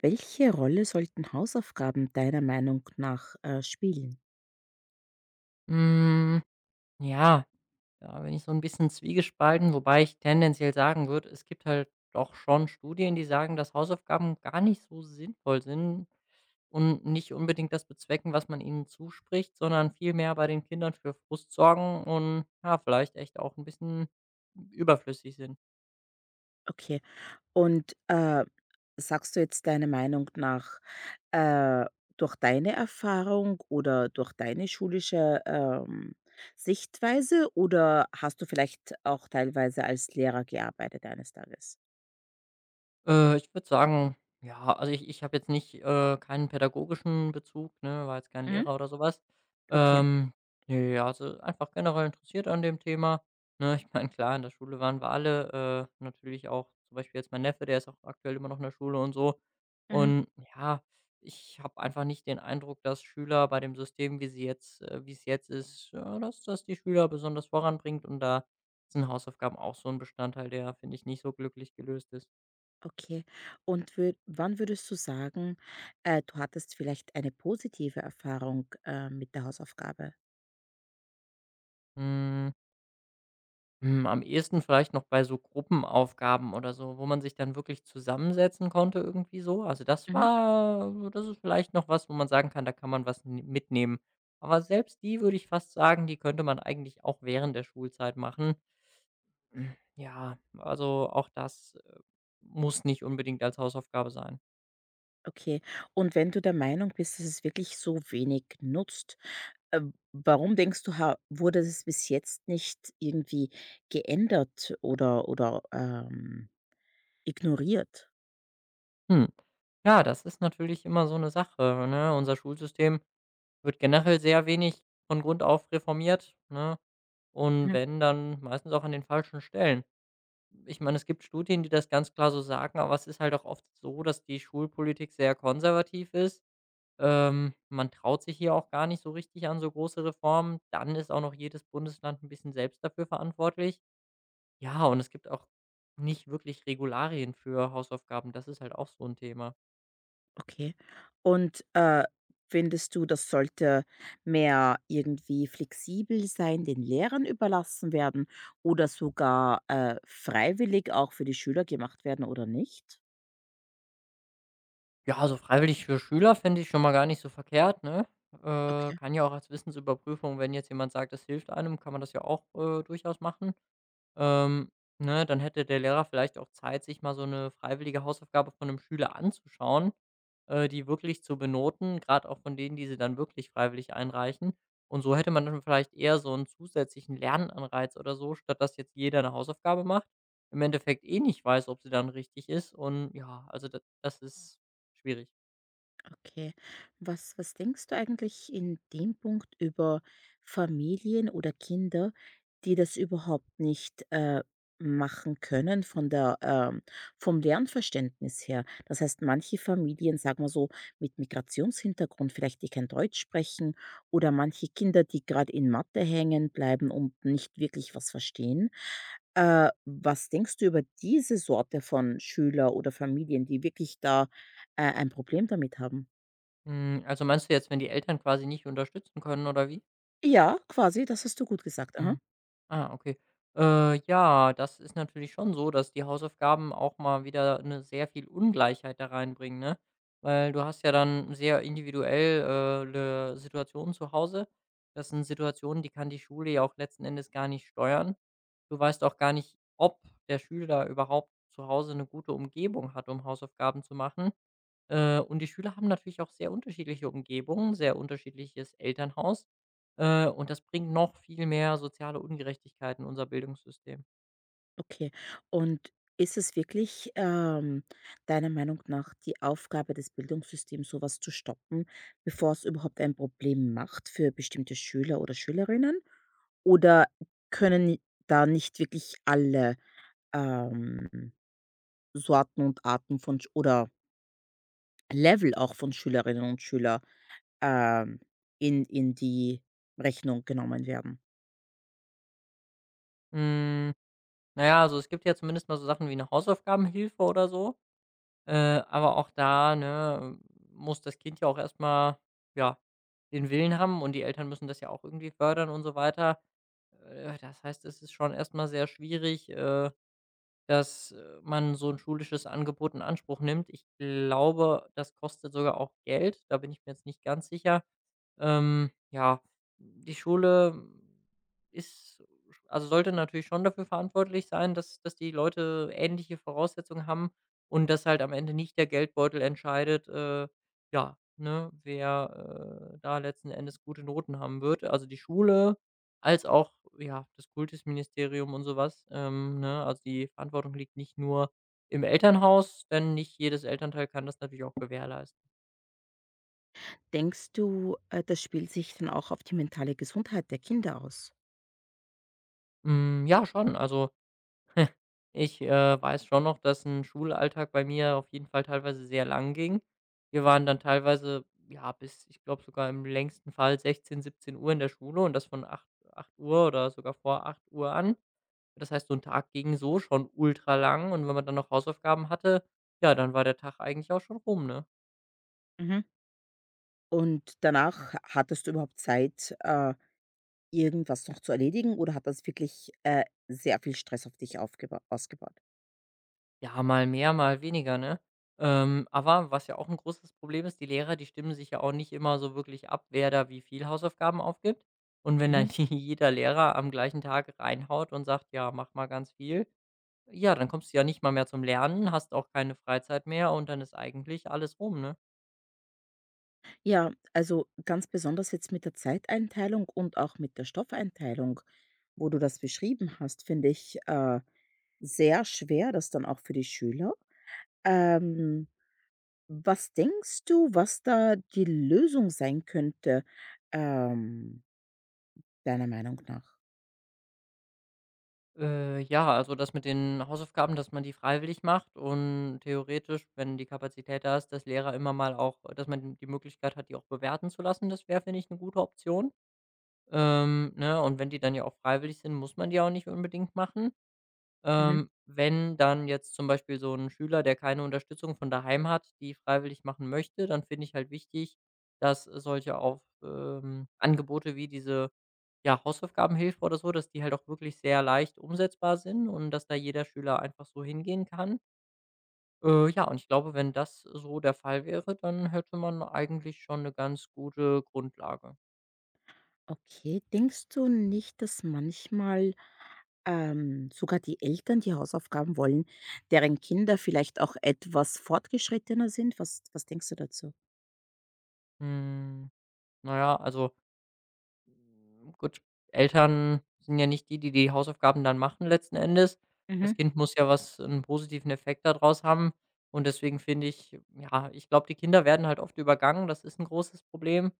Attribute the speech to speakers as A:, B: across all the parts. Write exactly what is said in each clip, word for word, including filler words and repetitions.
A: Welche Rolle sollten Hausaufgaben deiner Meinung nach, äh, spielen?
B: Hm, ja, da bin ich so ein bisschen zwiegespalten, wobei ich tendenziell sagen würde, es gibt halt doch schon Studien, die sagen, dass Hausaufgaben gar nicht so sinnvoll sind und nicht unbedingt das bezwecken, was man ihnen zuspricht, sondern vielmehr bei den Kindern für Frust sorgen und, ja, vielleicht echt auch ein bisschen überflüssig sind.
A: Okay. Und, äh, sagst du jetzt deiner Meinung nach, äh, durch deine Erfahrung oder durch deine schulische, ähm, Sichtweise oder hast du vielleicht auch teilweise als Lehrer gearbeitet eines Tages?
B: Äh, ich würde sagen, ja, also ich ich habe jetzt nicht äh, keinen pädagogischen Bezug, ne, war jetzt kein
A: Mhm.
B: Lehrer oder so was.
A: Okay.
B: Ähm, ne, ja, also einfach generell interessiert an dem Thema, ne? Ich meine, klar, in der Schule waren wir alle, äh, natürlich auch zum Beispiel jetzt mein Neffe, der ist auch aktuell immer noch in der Schule und so.
A: Mhm.
B: Und ja, ich habe einfach nicht den Eindruck, dass Schüler bei dem System, wie sie jetzt äh, wie es jetzt ist, ja, dass das die Schüler besonders voranbringt und da sind Hausaufgaben auch so ein Bestandteil, der, finde ich, nicht so glücklich gelöst ist.
A: Okay. Und wür wann würdest du sagen, äh, du hattest vielleicht eine positive Erfahrung, äh, mit der Hausaufgabe?
B: Hm, hm, Am ehesten vielleicht noch bei so Gruppenaufgaben oder so, wo man sich dann wirklich zusammensetzen konnte irgendwie so. Also das
A: Mhm.
B: war so, das ist vielleicht noch was, wo man sagen kann, da kann man was n mitnehmen. Aber selbst die würde ich fast sagen, die könnte man eigentlich auch während der Schulzeit machen. Hm, ja, also auch das, äh, muss nicht unbedingt als Hausaufgabe sein.
A: Okay. Und wenn du der Meinung bist, dass es wirklich so wenig nutzt, äh, warum denkst du, ha wurde es bis jetzt nicht irgendwie geändert oder oder, ähm, ignoriert?
B: Hm, ja, das ist natürlich immer so eine Sache, ne? Unser Schulsystem wird generell sehr wenig von Grund auf reformiert, ne? Und
A: Mhm.
B: wenn, dann meistens auch an den falschen Stellen. Ich meine, es gibt Studien, die das ganz klar so sagen, aber es ist halt auch oft so, dass die Schulpolitik sehr konservativ ist. Ähm, man traut sich hier auch gar nicht so richtig an so große Reformen. Dann ist auch noch jedes Bundesland ein bisschen selbst dafür verantwortlich. Ja, und es gibt auch nicht wirklich Regularien für Hausaufgaben. Das ist halt auch so ein Thema.
A: Okay. Und, äh, findest du, das sollte mehr irgendwie flexibel sein, den Lehrern überlassen werden oder sogar, äh, freiwillig auch für die Schüler gemacht werden oder nicht?
B: Ja, also freiwillig für Schüler finde ich schon mal gar nicht so verkehrt, ne? Äh,
A: Okay.
B: kann ja auch als Wissensüberprüfung wenn jetzt jemand sagt, das hilft einem, kann man das ja auch, äh, durchaus machen. Ähm, ne, dann hätte der Lehrer vielleicht auch Zeit, sich mal so eine freiwillige Hausaufgabe von einem Schüler anzuschauen, äh, die wirklich zu benoten, gerade auch von denen, die sie dann wirklich freiwillig einreichen. Und so hätte man dann vielleicht eher so einen zusätzlichen Lernanreiz oder so, statt dass jetzt jeder eine Hausaufgabe macht, im Endeffekt eh nicht weiß, ob sie dann richtig ist und ja, also da das ist schwierig.
A: Okay. Was was denkst du eigentlich in dem Punkt über Familien oder Kinder, die das überhaupt nicht, äh, machen können von der, ähm vom Lernverständnis her? Das heißt, manche Familien, sagen wir so, mit Migrationshintergrund, vielleicht die kein Deutsch sprechen oder manche Kinder, die gerade in Mathe hängen bleiben und nicht wirklich was verstehen. Äh, was denkst du über diese Sorte von Schüler oder Familien, die wirklich da, äh, ein Problem damit haben?
B: Hm, also meinst du jetzt, wenn die Eltern quasi nicht unterstützen können oder wie?
A: Ja, quasi, das hast du gut gesagt. Aha,
B: Ah, okay. Äh, ja, das ist natürlich schon so, dass die Hausaufgaben auch mal wieder eine sehr viel Ungleichheit da reinbringen, ne? Weil du hast ja dann sehr individuell, äh, 'ne Situation zu Hause. Das sind Situationen, die kann die Schule ja auch letzten Endes gar nicht steuern. Du weißt auch gar nicht, ob der Schüler überhaupt zu Hause eine gute Umgebung hat, um Hausaufgaben zu machen. Äh, und die Schüler haben natürlich auch sehr unterschiedliche Umgebungen, sehr unterschiedliches Elternhaus. Äh, und das bringt noch viel mehr soziale Ungerechtigkeiten in unser Bildungssystem.
A: okay. Und ist es wirklich, ähm, deiner Meinung nach die Aufgabe des Bildungssystems, sowas zu stoppen, bevor es überhaupt ein Problem macht für bestimmte Schüler oder Schülerinnen? Oder können da nicht wirklich alle, ähm, Sorten und Arten von Sch oder Level auch von Schülerinnen und Schülern ähm, in in die Rechnung genommen werden?
B: Hm, na ja, also es gibt ja zumindest mal so Sachen wie eine Hausaufgabenhilfe oder so, äh, aber auch da, ne, muss das Kind ja auch erst mal, ja, den Willen haben und die Eltern müssen das ja auch irgendwie fördern und so weiter. Äh, das heißt, es ist schon erst mal sehr schwierig, äh Dass, äh, man so ein schulisches Angebot in Anspruch nimmt. Ich glaube, das kostet sogar auch Geld, da bin ich mir jetzt nicht ganz sicher. Ähm, ja, die Schule ist also, sollte natürlich schon dafür verantwortlich sein, dass dass die Leute ähnliche Voraussetzungen haben und dass halt am Ende nicht der Geldbeutel entscheidet, äh, ja, ne, wer, äh, da letzten Endes gute Noten haben wird. Also, die Schule als auch, ja, das Kultusministerium und sowas ähm, ne? Also, die Verantwortung liegt nicht nur im Elternhaus, denn nicht jedes Elternteil kann das natürlich auch gewährleisten.
A: Denkst du, äh, das spielt sich dann auch auf die mentale Gesundheit der Kinder aus?
B: Hm, ja, schon. Also, ich, äh, weiß schon noch, dass ein Schulalltag bei mir auf jeden Fall teilweise sehr lang ging. Wir waren dann teilweise, ja, bis ich glaube sogar im längsten Fall 16:00 Uhr in der Schule und das von acht Uhr Uhr oder sogar vor acht Uhr an. Das heißt, so ein Tag ging so schon ultra lang und wenn man dann noch Hausaufgaben hatte, ja, dann war der Tag eigentlich auch schon rum, ne?
A: Mhm. Und danach hattest du überhaupt Zeit, äh, irgendwas noch zu erledigen oder hat das wirklich, äh, sehr viel Stress auf dich aufgeba ausgebaut?
B: Ja, mal mehr, mal weniger, ne? Ähm, aber was ja auch ein großes Problem ist, die Lehrer, die stimmen sich ja auch nicht immer so wirklich ab, wer da wie viel Hausaufgaben aufgibt. Und wenn dann
A: Mhm.
B: jeder Lehrer am gleichen Tag reinhaut und sagt: „Ja, mach mal ganz viel", ja, dann kommst du ja nicht mal mehr zum Lernen, hast auch keine Freizeit mehr und dann ist eigentlich alles rum, ne?
A: Ja, also ganz besonders jetzt mit der Zeiteinteilung und auch mit der Stoffeinteilung, wo du das beschrieben hast, finde ich, äh, sehr schwer, das dann auch für die Schüler. Ähm, was denkst du, was da die Lösung sein könnte, ähm, deiner Meinung nach?
B: Äh, ja, also das mit den Hausaufgaben, dass man die freiwillig macht und theoretisch, wenn die Kapazität da ist, dass Lehrer immer mal auch dass man die Möglichkeit hat, die auch bewerten zu lassen, das wäre, finde ich, eine gute Option. Ähm, ne, und wenn die dann ja auch freiwillig sind, muss man die ja auch nicht unbedingt machen.
A: Mhm.
B: Ähm, wenn dann jetzt zum Beispiel so ein Schüler, der keine Unterstützung von daheim hat, die freiwillig machen möchte, dann finde ich halt wichtig, dass solche auf ähm, Angebote wie diese ja, Hausaufgabenhilfe oder so, dass die halt auch wirklich sehr leicht umsetzbar sind und dass da jeder Schüler einfach so hingehen kann. Äh, ja, und ich glaube, wenn das so der Fall wäre, dann hätte man eigentlich schon eine ganz gute Grundlage.
A: Okay, denkst du nicht, dass manchmal, ähm, sogar die Eltern, die Hausaufgaben wollen, deren Kinder vielleicht auch etwas fortgeschrittener sind? Was was denkst du dazu?
B: Hm, na ja, also Hm, gut, Eltern sind ja nicht die, die die Hausaufgaben dann machen letzten Endes. Das
A: Mhm.
B: Kind muss ja was äh, einen positiven Effekt da draus haben und deswegen finde ich ja, ich glaube, die Kinder werden halt oft übergangen, das ist ein großes Problem.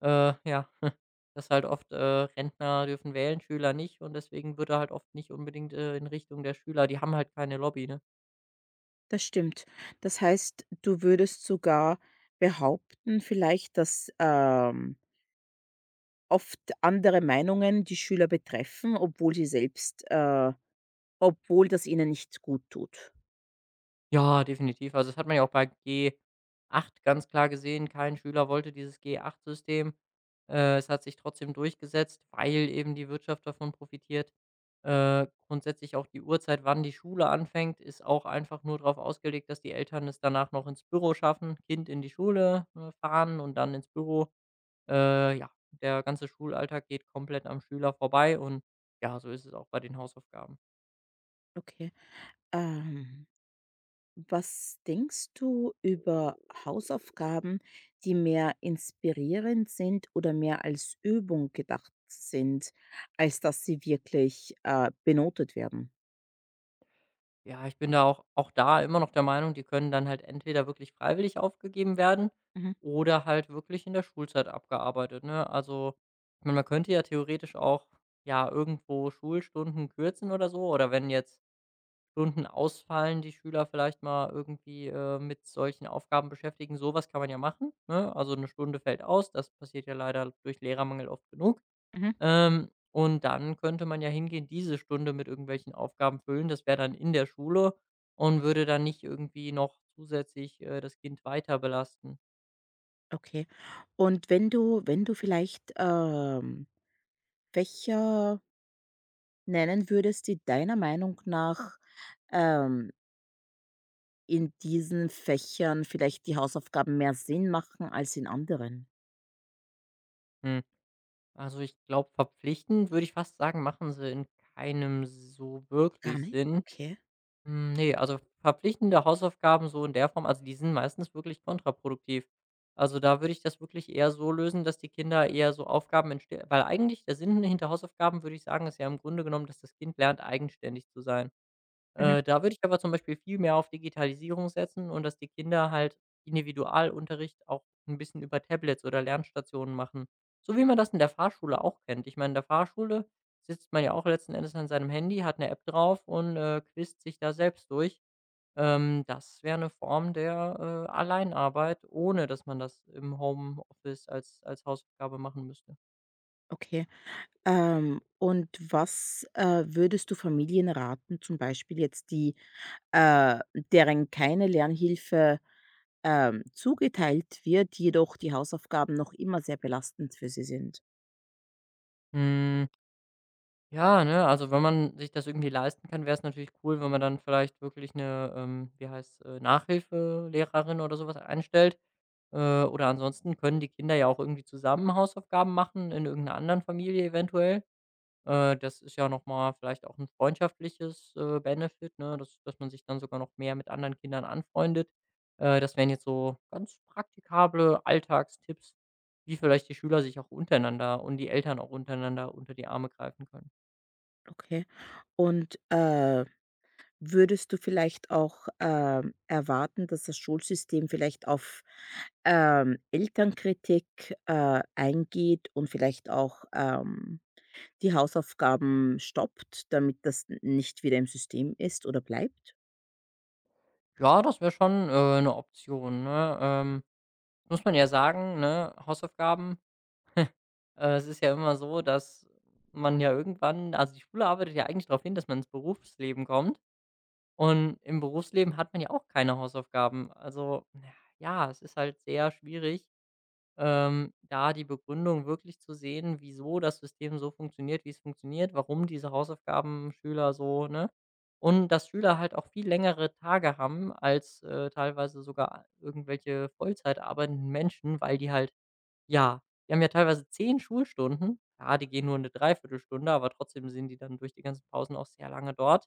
B: Äh, ja, dass halt oft, äh, Rentner dürfen wählen, Schüler nicht und deswegen wird da halt oft nicht unbedingt, äh, in Richtung der Schüler die haben halt keine Lobby, ne?
A: Das stimmt. Das heißt, du würdest sogar behaupten vielleicht, dass, ähm, oft andere Meinungen die Schüler betreffen, obwohl sie selbst, äh obwohl das ihnen nicht gut tut.
B: Ja, definitiv. Also, das hat man ja auch bei G acht ganz klar gesehen. Kein Schüler wollte dieses G acht System. Äh, es hat sich trotzdem durchgesetzt, weil eben die Wirtschaft davon profitiert. Äh, grundsätzlich auch die Uhrzeit, wann die Schule anfängt, ist auch einfach nur darauf ausgelegt, dass die Eltern es danach noch ins Büro schaffen, Kind in die Schule äh, fahren und dann ins Büro. Äh, ja, der ganze Schulalltag geht komplett am Schüler vorbei und ja, so ist es auch bei den Hausaufgaben.
A: Okay. Ähm, was denkst du über Hausaufgaben, die mehr inspirierend sind oder mehr als Übung gedacht sind, als dass sie wirklich, äh, benotet werden?
B: Ja, ich bin da auch auch da immer noch der Meinung, die können dann halt entweder wirklich freiwillig aufgegeben werden
A: Mhm,
B: oder halt wirklich in der Schulzeit abgearbeitet, ne? Also, ich meine, man könnte ja theoretisch auch, ja, irgendwo Schulstunden kürzen oder so oder wenn jetzt Stunden ausfallen, die Schüler vielleicht mal irgendwie, äh, mit solchen Aufgaben beschäftigen, Sowas kann man ja machen, ne? Also, eine Stunde fällt aus, das passiert ja leider durch Lehrermangel oft genug.
A: mhm.
B: Ähm, und dann könnte man ja hingehen, diese Stunde mit irgendwelchen Aufgaben füllen. Das wäre dann in der Schule und würde dann nicht irgendwie noch zusätzlich, äh, das Kind weiter belasten.
A: Okay. Und wenn du wenn du vielleicht, ähm, Fächer nennen würdest, die deiner Meinung nach, ähm in diesen Fächern vielleicht die Hausaufgaben mehr Sinn machen als in anderen?
B: Hm, also, ich glaube, verpflichtend würde ich fast sagen, machen sie in keinem so
A: Gar
B: wirklich
A: nicht?
B: Sinn.
A: Okay.
B: Hm, ne, also verpflichtende Hausaufgaben so in der Form also, die sind meistens wirklich kontraproduktiv. Also, da würde ich das wirklich eher so lösen, dass die Kinder eher so Aufgaben entstehen, weil eigentlich der Sinn hinter Hausaufgaben, würde ich sagen, ist ja im Grunde genommen, dass das Kind lernt, eigenständig zu sein.
A: Mhm.
B: Äh, da würde ich aber zum Beispiel viel mehr auf Digitalisierung setzen und dass die Kinder halt Individualunterricht auch ein bisschen über Tablets oder Lernstationen machen, so wie man das in der Fahrschule auch kennt. Ich meine, in der Fahrschule sitzt man ja auch letzten Endes an seinem Handy, hat eine App drauf und, äh, quizt sich da selbst durch. Ähm, das wäre eine Form der, äh, Alleinarbeit, ohne dass man das im Homeoffice als als Hausaufgabe machen müsste.
A: Okay. Ähm, und was, äh, würdest du Familien raten, zum Beispiel jetzt die, äh deren keine Lernhilfe, ähm, zugeteilt wird, jedoch die Hausaufgaben noch immer sehr belastend für sie sind?
B: Hm. Ja, ne, also wenn man sich das irgendwie leisten kann, wäre es natürlich cool, wenn man dann vielleicht wirklich eine, ähm, wie heißt, äh, Nachhilfelehrerin oder sowas einstellt. Äh, oder ansonsten können die Kinder ja auch irgendwie zusammen Hausaufgaben machen in irgendeiner anderen Familie eventuell. Äh, das ist ja noch mal vielleicht auch ein freundschaftliches, äh, Benefit, ne, dass dass man sich dann sogar noch mehr mit anderen Kindern anfreundet. Äh, das wären jetzt so ganz praktikable Alltagstipps, wie vielleicht die Schüler sich auch untereinander und die Eltern auch untereinander unter die Arme greifen können.
A: Okay. Und, äh würdest du vielleicht auch, ähm, erwarten, dass das Schulsystem vielleicht auf, ähm, Elternkritik, äh, eingeht und vielleicht auch, ähm, die Hausaufgaben stoppt, damit das n nicht wieder im System ist oder bleibt?
B: Ja, das wäre schon, äh, 'ne Option, ne? Ähm, muss man ja sagen, ne, Hausaufgaben, äh, es ist ja immer so, dass man ja irgendwann also, die Schule arbeitet ja eigentlich darauf hin, dass man ins Berufsleben kommt und im Berufsleben hat man ja auch keine Hausaufgaben. Also, na ja, es ist halt sehr schwierig ähm, da die Begründung wirklich zu sehen, wieso das System so funktioniert, wie es funktioniert, warum diese Hausaufgaben Schüler so ne? Und dass Schüler halt auch viel längere Tage haben als, äh, teilweise sogar irgendwelche Vollzeit arbeitenden Menschen, weil die halt ja, die haben ja teilweise zehn Schulstunden. Klar, die gehen nur eine Dreiviertelstunde, aber trotzdem sind die dann durch die ganzen Pausen auch sehr lange dort.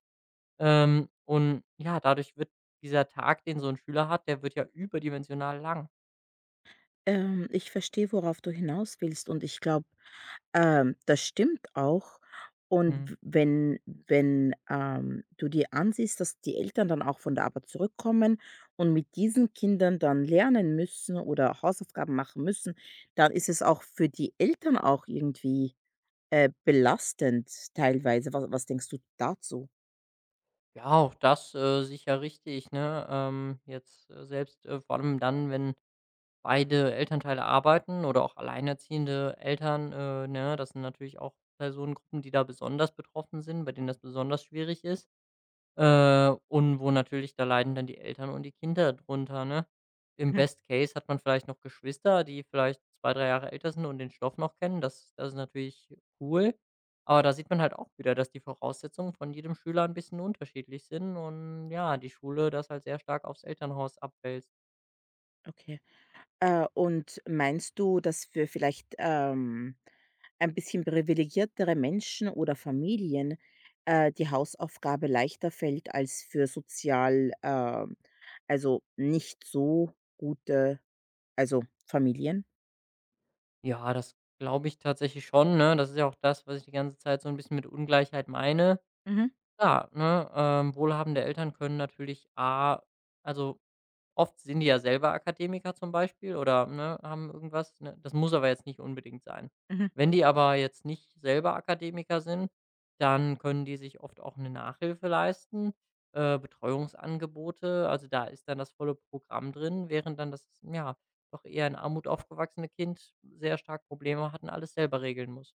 B: Ähm, und ja, dadurch wird dieser Tag, den so ein Schüler hat, der wird ja überdimensional lang.
A: Ähm, ich verstehe, worauf du hinaus willst und ich glaube ähm, das stimmt auch. Und
B: Mhm.
A: w wenn wenn, ähm, du dir ansiehst, dass die Eltern dann auch von der Arbeit zurückkommen und mit diesen Kindern dann lernen müssen oder Hausaufgaben machen müssen, dann ist es auch für die Eltern auch irgendwie, äh, belastend teilweise. Was was denkst du dazu?
B: Ja, auch das, äh, sicher richtig, ne? Ähm, jetzt, äh, selbst, äh, vor allem dann, wenn beide Elternteile arbeiten oder auch alleinerziehende Eltern, äh, ne? Das sind natürlich auch Personengruppen, die da besonders betroffen sind, bei denen das besonders schwierig ist. Äh, und wo natürlich da leiden dann die Eltern und die Kinder drunter, ne? Im
A: Mhm.
B: Best Case hat man vielleicht noch Geschwister, die vielleicht zwei, drei Jahre älter sind und den Stoff noch kennen. Das das ist natürlich cool. Aber da sieht man halt auch wieder, dass die Voraussetzungen von jedem Schüler ein bisschen unterschiedlich sind und ja, die Schule das halt sehr stark aufs Elternhaus abwälzt.
A: Okay. Äh, und meinst du, dass für vielleicht, ähm, ein bisschen privilegiertere Menschen oder Familien, äh, die Hausaufgabe leichter fällt als für sozial, ähm also nicht so gute, also Familien?
B: Ja, das glaube ich tatsächlich schon, ne? Das ist ja auch das, was ich die ganze Zeit so ein bisschen mit Ungleichheit meine.
A: Mhm,
B: Ja, ne, ähm, wohlhabende Eltern können natürlich A also Oft sind die ja selber Akademiker zum Beispiel oder, ne, haben irgendwas, ne? Das muss aber jetzt nicht unbedingt sein.
A: mhm.
B: Wenn die aber jetzt nicht selber Akademiker sind, dann können die sich oft auch eine Nachhilfe leisten, äh, Betreuungsangebote. Also, da ist dann das volle Programm drin, während dann das, ja, doch eher in Armut aufgewachsene Kind sehr stark Probleme hat und alles selber regeln muss.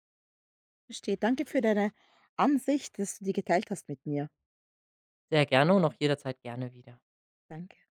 A: Verstehe. Danke für deine Ansicht, dass du die geteilt hast mit mir.
B: Sehr gerne und auch jederzeit gerne wieder.
A: Danke.